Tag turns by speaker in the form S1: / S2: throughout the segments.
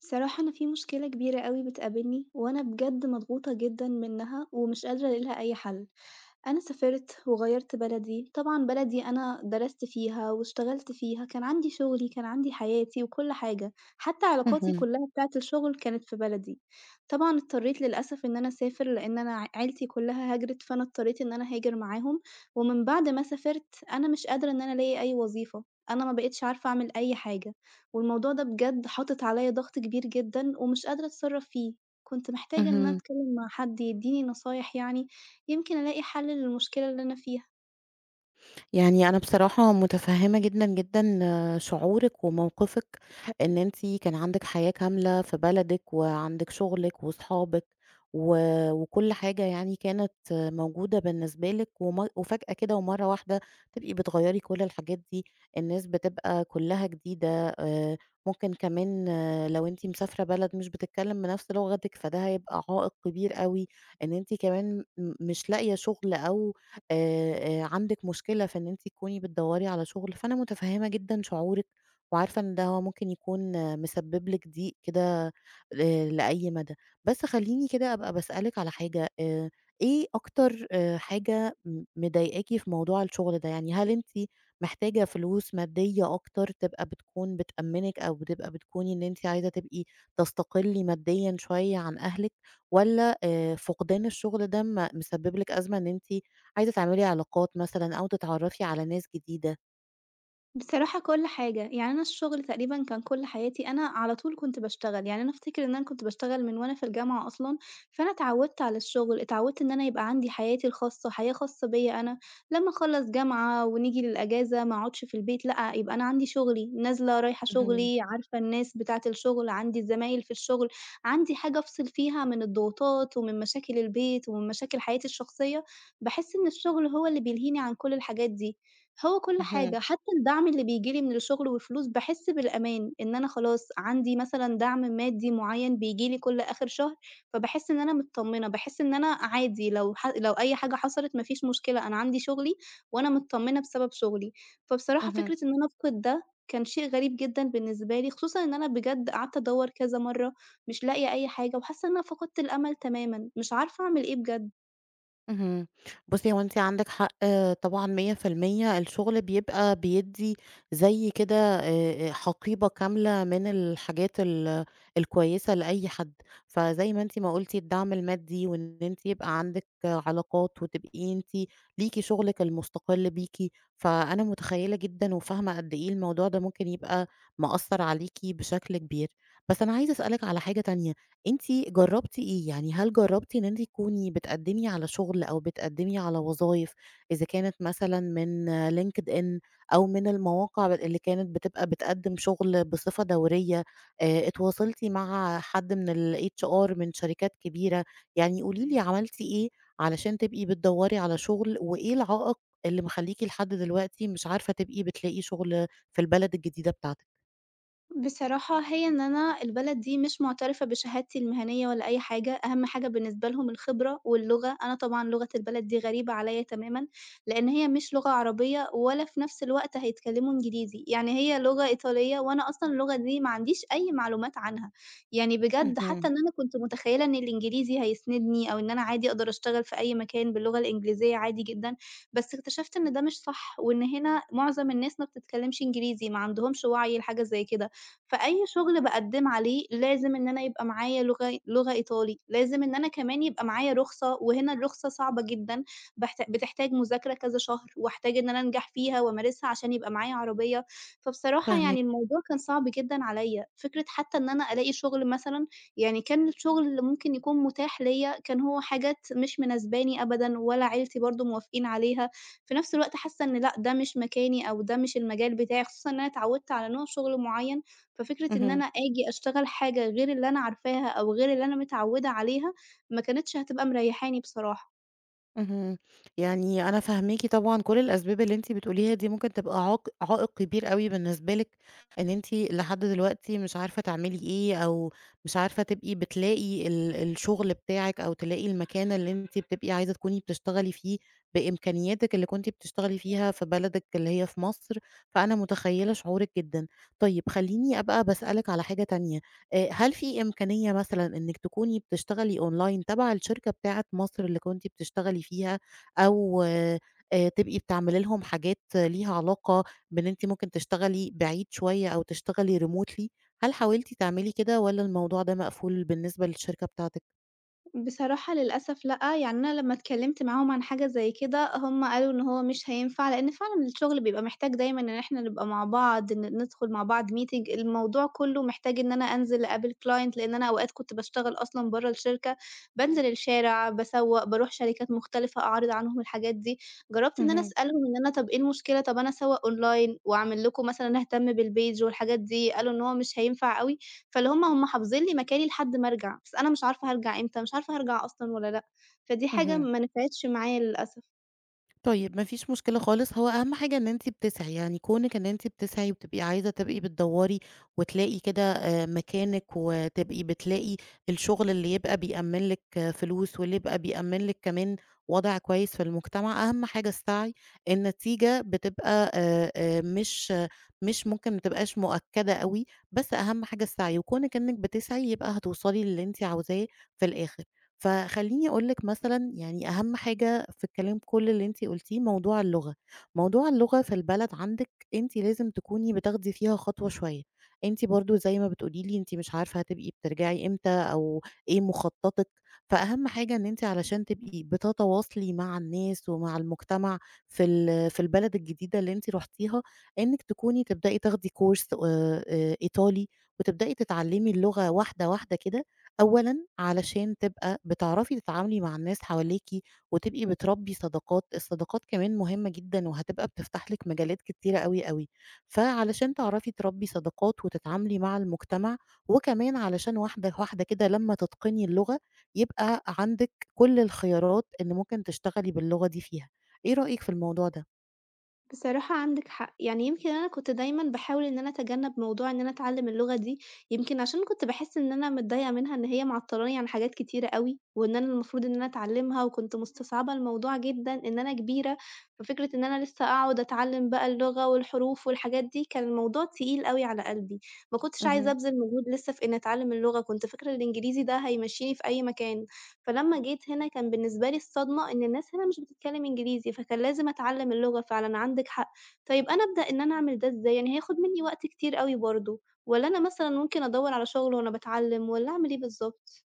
S1: صراحة أنا في مشكلة كبيرة أوي بتقابلني، وأنا بجد مضغوطة جدًا منها ومش قادرة ألاقي لها أي حل. أنا سافرت وغيّرت بلدي، طبعًا بلدي أنا درست فيها واشتغلت فيها، كان عندي شغلي، كان عندي حياتي وكل حاجة، حتى علاقاتي
S2: اهم،
S1: كلّها بتاعة الشغل كانت في بلدي. طبعًا اضطريت للأسف إن أنا أسافر لإن أنا عيلتي كلّها هاجرت، فأنا اضطريت إن أنا هاجر معاهم، ومن بعد ما سافرت أنا مش قادرة إن أنا ألاقي أي وظيفة، أنا ما بقيتش عارفة أعمل أي حاجة، والموضوع ده بجد حاطط عليّا ضغط كبير جدًا ومش قادرة أتصرّف فيه. كنت محتاجة إن أنا
S2: اهم.
S1: أتكلّم مع حد يدّيني نصايح يعني يمكن ألاقي حل للمشكلة اللي أنا فيها.
S2: يعني أنا بصراحة مُتفهِّمة جدًا، جدًا شعورِك وموقفِك، إن أنتِ كان عندِك حياة كاملة في بلدِك وعندِك شُغلِك وصحابِك و وكل حاجة يعني كانت موجودة بالنسبة لِك وفجأة كده ومَرّة واحدة تبقي بتغيّري كل الحاجات دي، الناس بتبقى كُلّها جديدة. آآ، ممكن كمان لو أنتِ مسافرة بلد مش بتتكلّم بنَفْس لغتِك، فده هيبقى عائق كبير أوي، إن أنتِ كمان مش لاقية شُغل أو آآ، عندِك مشكلة في إن أنتِ تكوني بتدوّري على شغل، فأنا متفهمة جدًا شعورِك، وعارفة إن ده هو ممكن يكون مسبب لِك ضيق كده لأي مدى. بس خلّيني كده أبقى باسألِك على حاجة، إيه أكتر حاجة مضايقاكِ في موضوع الشغل ده؟ يعني هل أنتِ محتاجة فلوس مادية أكتر تبقى بتكون بتأمّنِك أو بتبقى بتكوني إن أنتِ عايزة تبقي تستقلي ماديًا شوية عن أهلِك، والّا فقدان الشغل ده مسبب لِك أزمة إن أنتِ عايزة تعملي علاقات مثلًا أو تتعرّفي على ناس جديدة.
S1: بصراحة كل حاجة، يعني أنا الشغل تقريبًا كان كل حياتي، أنا على طول كنت باشتغل، يعني أنا أفتكر إن أنا كنت باشتغل من وأنا في الجامعة أصلًا، فأنا اتعودت على الشغل، اتعودت إن أنا يبقى عندي حياتي الخاصة، حياة خاصة بيّا أنا، لمّا أخلّص جامعة ونيجي للأجازة ما اقعدش في البيت، لأ، يبقى أنا عندي شغلي، نازلة رايحة
S2: اهم،
S1: شغلي، عارفة الناس بتاعة الشغل، عندي الزمايل في الشغل، عندي حاجة أفصل فيها من الضغوطات ومن مشاكل البيت ومن مشاكل حياتي الشخصية، باحس إن الشغل هو اللي بيلهيني عن كل الحاجات دي. هو كل
S2: اهم،
S1: حاجة، حتى الدعم اللي بييجي لي من الشغل وفلوس باحس بالأمان، إن أنا خلاص عندي مثلًا دعم مادي معيّن بييجي لي كل آخر شهر، فباحس إن أنا متطمنة، باحس إن أنا عادي لو أي حاجة حصلت ما فيش مشكلة، أنا عندي شغلي وأنا متطمنة بسبب شغلي. فبصراحة
S2: اهم.
S1: فكرة إن أنا أفقد ده كان شيء غريب جدًا بالنسبة لي، خصوصًا إن أنا بجد قعدت أدوّر كذا مرّة مش لاقية أي حاجة، وحاسة إن أنا فقدت الأمل تمامًا، مش عارفة أعمل إيه بجد.
S2: اهم. بُصّي، هو أنتِ عندِك حق طبعًا 100% الشغل بيبقى بيدّي زي كده حقيبة كاملة من الحاجات الكويسة لأي حد، فزي ما أنتِ ما قُلتِ الدعم المادي وإن أنتِ يبقى عندِك علاقات وتبقي أنتِ ليكِ شغلِك المستقل بيكِ، فأنا متخيّلة جدًا وفاهمة قد إيه الموضوع ده ممكن يبقى مأثّر عليكِ بشكل كبير. بس أنا عايزة أسألِك على حاجة تانية. أنتِ جرّبتِ إيه؟ يعني هل جرّبتِ إن أنتِ تكوني بتقدّمي على شغل أو بتقدّمي على وظايف إذا كانت مثلًا من LinkedIn أو من المواقع اللي كانت بتبقى بتقدّم شغل بصفة دورية، اتواصلتِ مع حد من الHR من شركات كبيرة؟ يعني قولي لي عملتِ إيه علشان تبقي بتدوّري على شغل، وإيه العائق اللي مخلّيكِ لحد دلوقتي مش عارفة تبقي بتلاقي شغل في البلد الجديدة بتاعتِك؟
S1: بصراحة هي إن أنا البلد دي مش معترفة بشهادتي المهنية ولا أي حاجة، أهم حاجة بالنسبة لهم الخبرة واللغة، أنا طبعًا لغة البلد دي غريبة عليّا تمامًا، لإن هي مش لغة عربية ولا في نفس الوقت هيتكلموا إنجليزي، يعني هي لغة إيطالية وأنا أصلًا اللغة دي ما عنديش أي معلومات عنها، يعني بجد حتى
S2: اهم،
S1: إن أنا كنت متخيلة إن الإنجليزي هيسندني أو إن أنا عادي أقدر أشتغل في أي مكان باللغة الإنجليزية عادي جدًا، بس اكتشفت إن ده مش صح، وإن هنا معظم الناس ما بتتكلمش إنجليزي، ما عندهمش وعي لحاجة زي كده. فأي شغل باقدّم عليه لازم إن أنا يبقى معايا لغة إيطالي، لازم إن أنا كمان يبقى معايا رخصة، وهنا الرخصة صعبة جدًا، باحت بتحتاج مذاكرة كذا شهر، واحتاج إن أنا أنجح فيها وأمارسها عشان يبقى معايا عربية، فبصراحة يعني
S2: فاهماكِ،
S1: الموضوع كان صعب جدًا عليّا، فكرة حتى إن أنا ألاقي شغل مثلًا، يعني كان الشغل اللي ممكن يكون متاح ليّا كان هو حاجات مش مناسباني أبدًا، ولا عيلتي برضه موافقين عليها، في نفس الوقت حاسة إن لأ، ده مش مكاني أو ده مش المجال بتاعي، خصوصًا إن أنا اتعودت على نوع شغل معيّن ففكرة إن
S2: اهم.
S1: أنا آجي أشتغل حاجة غير اللي أنا عارفاها أو غير اللي أنا متعوّدة عليها، ما كانتش هتبقى مريّحاني بصراحة.
S2: اهم. يعني أنا فاهماكِ طبعًا، كل الأسباب اللي أنتِ بتقوليها دي ممكن تبقى عائق كبير أوي بالنسبة لِك، إن أنتِ لحد دلوقتي مش عارفة تعملي إيه، أو مش عارفة تبقي بتلاقي الشغل بتاعِك، أو تلاقي المكان اللي أنتِ بتبقي عايزة تكوني بتشتغلي فيه بإمكانياتِك اللي كنتِ بتشتغلي فيها في بلدِك اللي هي في مصر، فأنا متخيلة شعورِك جدًا. طيب خلّيني أبقى باسألِك على حاجة تانية. هل في إمكانية مثلًا إنِّك تكوني بتشتغلي online تبع الشركة بتاعة مصر اللي كنتِ بتشتغلي فيها، أو تبقي بتعملي لهم حاجات ليها علاقة بإن أنتِ ممكن تشتغلي بعيد شوية أو تشتغلي remotely؟ هل حاولتِ تعملي كده والّا الموضوع ده مقفول بالنسبة للشركة بتاعتِك؟
S1: بصراحة للأسف لأ، يعني أنا لمّا اتكلّمت معاهم عن حاجة زي كده، هُم قالوا إن هو مش هينفع، لإن فعلًا الشغل بيبقى محتاج دايمًا إن إحنا نبقى مع بعض، ندخل مع بعض meeting، الموضوع كُلّه محتاج إن أنا أنزل أقابل client لإن أنا أوقات كنت باشتغل أصلًا برّه الشركة، بانزل الشارع، باسوّق، باروح شركات مختلفة أعرض عنهم الحاجات دي. جرّبت إن أنا
S2: اهم،
S1: أسألهم إن أنا طَب إيه المشكلة، طَب أنا أسوّق online وأعمل لكم مثلًا أهتم بالpage والحاجات دي، قالوا إن هو مش هينفع أوي. فاللي هم حافظين لي مكاني لحد ما أرجع، بس أنا مش عارفة هارجع إمتى، مش عارفة هارجع أصلًا والّا لأ، فدي حاجة
S2: اهم.
S1: ما نفعتش معايا للأسف.
S2: طيب ما فيش مشكلة خالص، هو أهم حاجة إن أنتِ بتسعي، يعني كونِك إن أنتِ بتسعي وبتبقي عايزة تبقي بتدوّري وتلاقي كده مكانِك وتبقي بتلاقي الشغل اللي يبقى بيأمّن لِك فلوس واللي يبقى بيأمّن لِك كمان وضع كويس في المجتمع، أهم حاجة السعي، النتيجة بتبقى مش مش ممكن ما تبقاش مؤكدة أوي، بس أهم حاجة السعي، وكونِك إنِك بتسعي يبقى هتوصلي للي أنتِ عاوزاه في الآخر. فخلّيني أقول لِك مثلًا يعني أهم حاجة كده في الكلام كل اللي أنتِ قلتيه موضوع اللغة، موضوع اللغة في البلد عندِك أنتِ لازم تكوني بتاخدي فيها خطوة شوية، أنتِ برضه زي ما بتقولي لي أنتِ مش عارفة هتبقي بترجعي إمتى أو إيه مخططِك، فأهم حاجة إن أنتِ علشان تبقي بتتواصلي مع الناس ومع المجتمع في البلد الجديدة اللي أنتِ رُحتيها، إنِّك تكوني تبدئي تاخدي كورس إيطالي وتبدئي تتعلمي اللغة واحدة واحدة كده، أولًا علشان تبقى بتعرفي تتعاملي مع الناس حواليكِ وتبقي بتربّي صداقات، الصداقات كمان مهمة جدًا وهتبقى بتفتح لِك مجالات كتيرة أوي، أوي. فعلشان تعرفي تربّي صداقات وتتعاملي مع المجتمع، وكمان علشان واحدة، واحدة كده لمّا تتقني اللغة، يبقى عندِك كل الخيارات إن ممكن تشتغلي باللغة دي فيها. إيه رأيِك في الموضوع ده؟
S1: بصراحة عندِك حق، يعني يمكن أنا كنت دايمًا باحاول إن أنا أتجنب موضوع إن أنا أتعلم اللغة دي، يمكن عشان كنت باحس إن أنا متضايقة منها إن هي معطلاني عن حاجات كتيرة أوي، وإن أنا المفروض إن أنا أتعلمها، وكنت مستصعبة الموضوع جدًا إن أنا كبيرة، ففكرة إن أنا لسه أقعد أتعلم بقى اللغة والحروف والحاجات دي، كان الموضوع تقيل أوي على قلبي، ما كنتش عايزة
S2: اهم.
S1: أبذل مجهود لسه في إني أتعلم اللغة، كنت فاكرة الإنجليزي ده هيمشيني في أي مكان. فلمّا جيت هنا كان بالنسبة لي الصدمة إن الناس هنا مش بتتكلم إنجليزي، فكان لازم أتعلّم اللغة فعلًا، عندِك حق. طيب أنا أبدأ إن أنا أعمل ده إزاي؟ يعني هياخد منّي وقت كتير أوي برضه والّا أنا مثلًا ممكن أدوّر على شغل وأنا باتعلّم والّا أعمل إيه بالضبط؟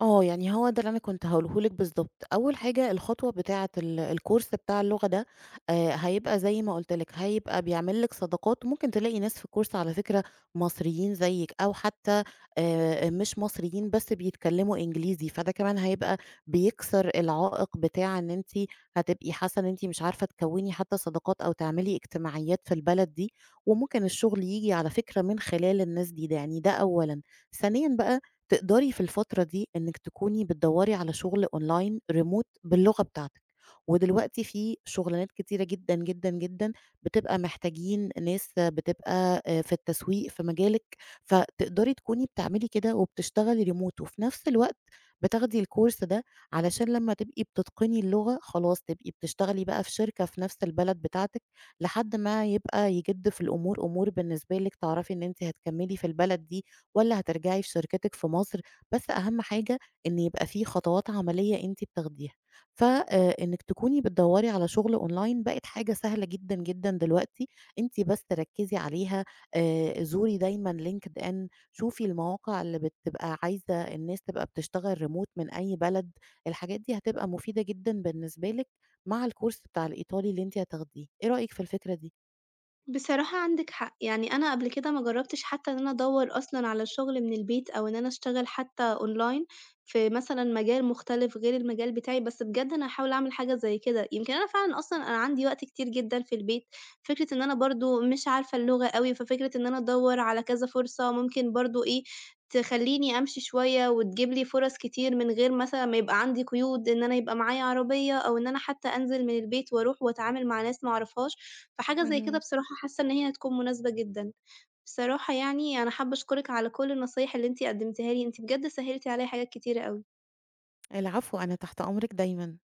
S2: آه، يعني هو ده اللي أنا كنت هاقوله لِك بالضبط، أول حاجة الخطوة بتاعة الكورس بتاع اللغة ده هيبقى زي ما قُلت لِك، هيبقى بيعمل لِك صداقات، ممكن تلاقي ناس في الكورس على فكرة مصريين زيِّك أو حتى مش مصريين بس بيتكلموا إنجليزي، فده كمان هيبقى بيكسر العائق بتاع إن أنتِ هتبقي حاسة إن أنتِ مش عارفة تكوّني حتى صداقات أو تعملي اجتماعيات في البلد دي، وممكن الشغل ييجي على فكرة من خلال الناس دي، ده يعني ده أولًا. ثانيًا بقى تقدري في الفترة دي إنِّك تكوني بتدوّري على شغل أونلاين remote باللغة بتاعتِك، ودلوقتي في شغلانات كتيرة جدًا، جدًا، جدًا بتبقى محتاجين ناس بتبقى في التسويق في مجالِك، فتقدري تكوني بتعملي كده وبتشتغلي remote وفي نفس الوقت بتاخدي الcourse ده علشان لمّا تبقي بتتقني اللغة خلاص تبقي بتشتغلي بقى في شركة في نفس البلد بتاعتِك، لحد ما يبقى يجِد في الأمور أمور بالنسبة لِك تعرفي إن أنتِ هتكمّلي في البلد دي والّا هترجعي في شركتِك في مصر، بس أهم حاجة إن يبقى في خطوات عملية أنتِ بتاخديها. ف إنِّك تكوني بتدوّري على شغل أونلاين بقت حاجة سهلة جدًا، جدًا دلوقتي، أنتِ بس ركّزي عليها، زوري دايمًا LinkedIn، شوفي المواقع اللي بتبقى عايزة الناس تبقى بتشتغل remote من أي بلد، الحاجات دي هتبقى مفيدة جدًا بالنسبة لِك مع الكورس بتاع الإيطالي اللي أنتِ هتاخديه، إيه رأيِك في الفكرة دي؟
S1: بصراحة عندِك حق، يعني أنا قبل كده ما جرّبتش حتى إن أنا أدوّر أصلًا على الشغل من البيت أو إن أنا أشتغل حتى online في مثلًا مجال مختلف غير المجال بتاعي، بس بجد أنا هاحاول أعمل حاجة زي كده، يمكن أنا فعلًا أصلًا أنا عندي وقت كتير جدًا في البيت، فكرة إن أنا برضه مش عارفة اللغة أوي، ففكرة إن أنا أدوّر على كذا فرصة ممكن برضه إيه، تخلّيني أمشي شوية وتجيب لي فرص كتير من غير مثلًا ما يبقى عندي قيود إن أنا يبقى معايا عربية أو إن أنا حتى أنزل من البيت وأروح وأتعامل مع ناس ما أعرفهاش. فحاجة زي كده
S2: اهم.
S1: بصراحة حاسة إن هي هتكون مناسبة جدًا. بصراحة يعني أنا حابة أشكرِك على كل النصايح اللي أنتِ قدّمتيها لي، أنتِ بجد سهّلتِ عليّا حاجات كتيرة أوي.
S2: العفو، أنا تحت أمرِك دايمًا.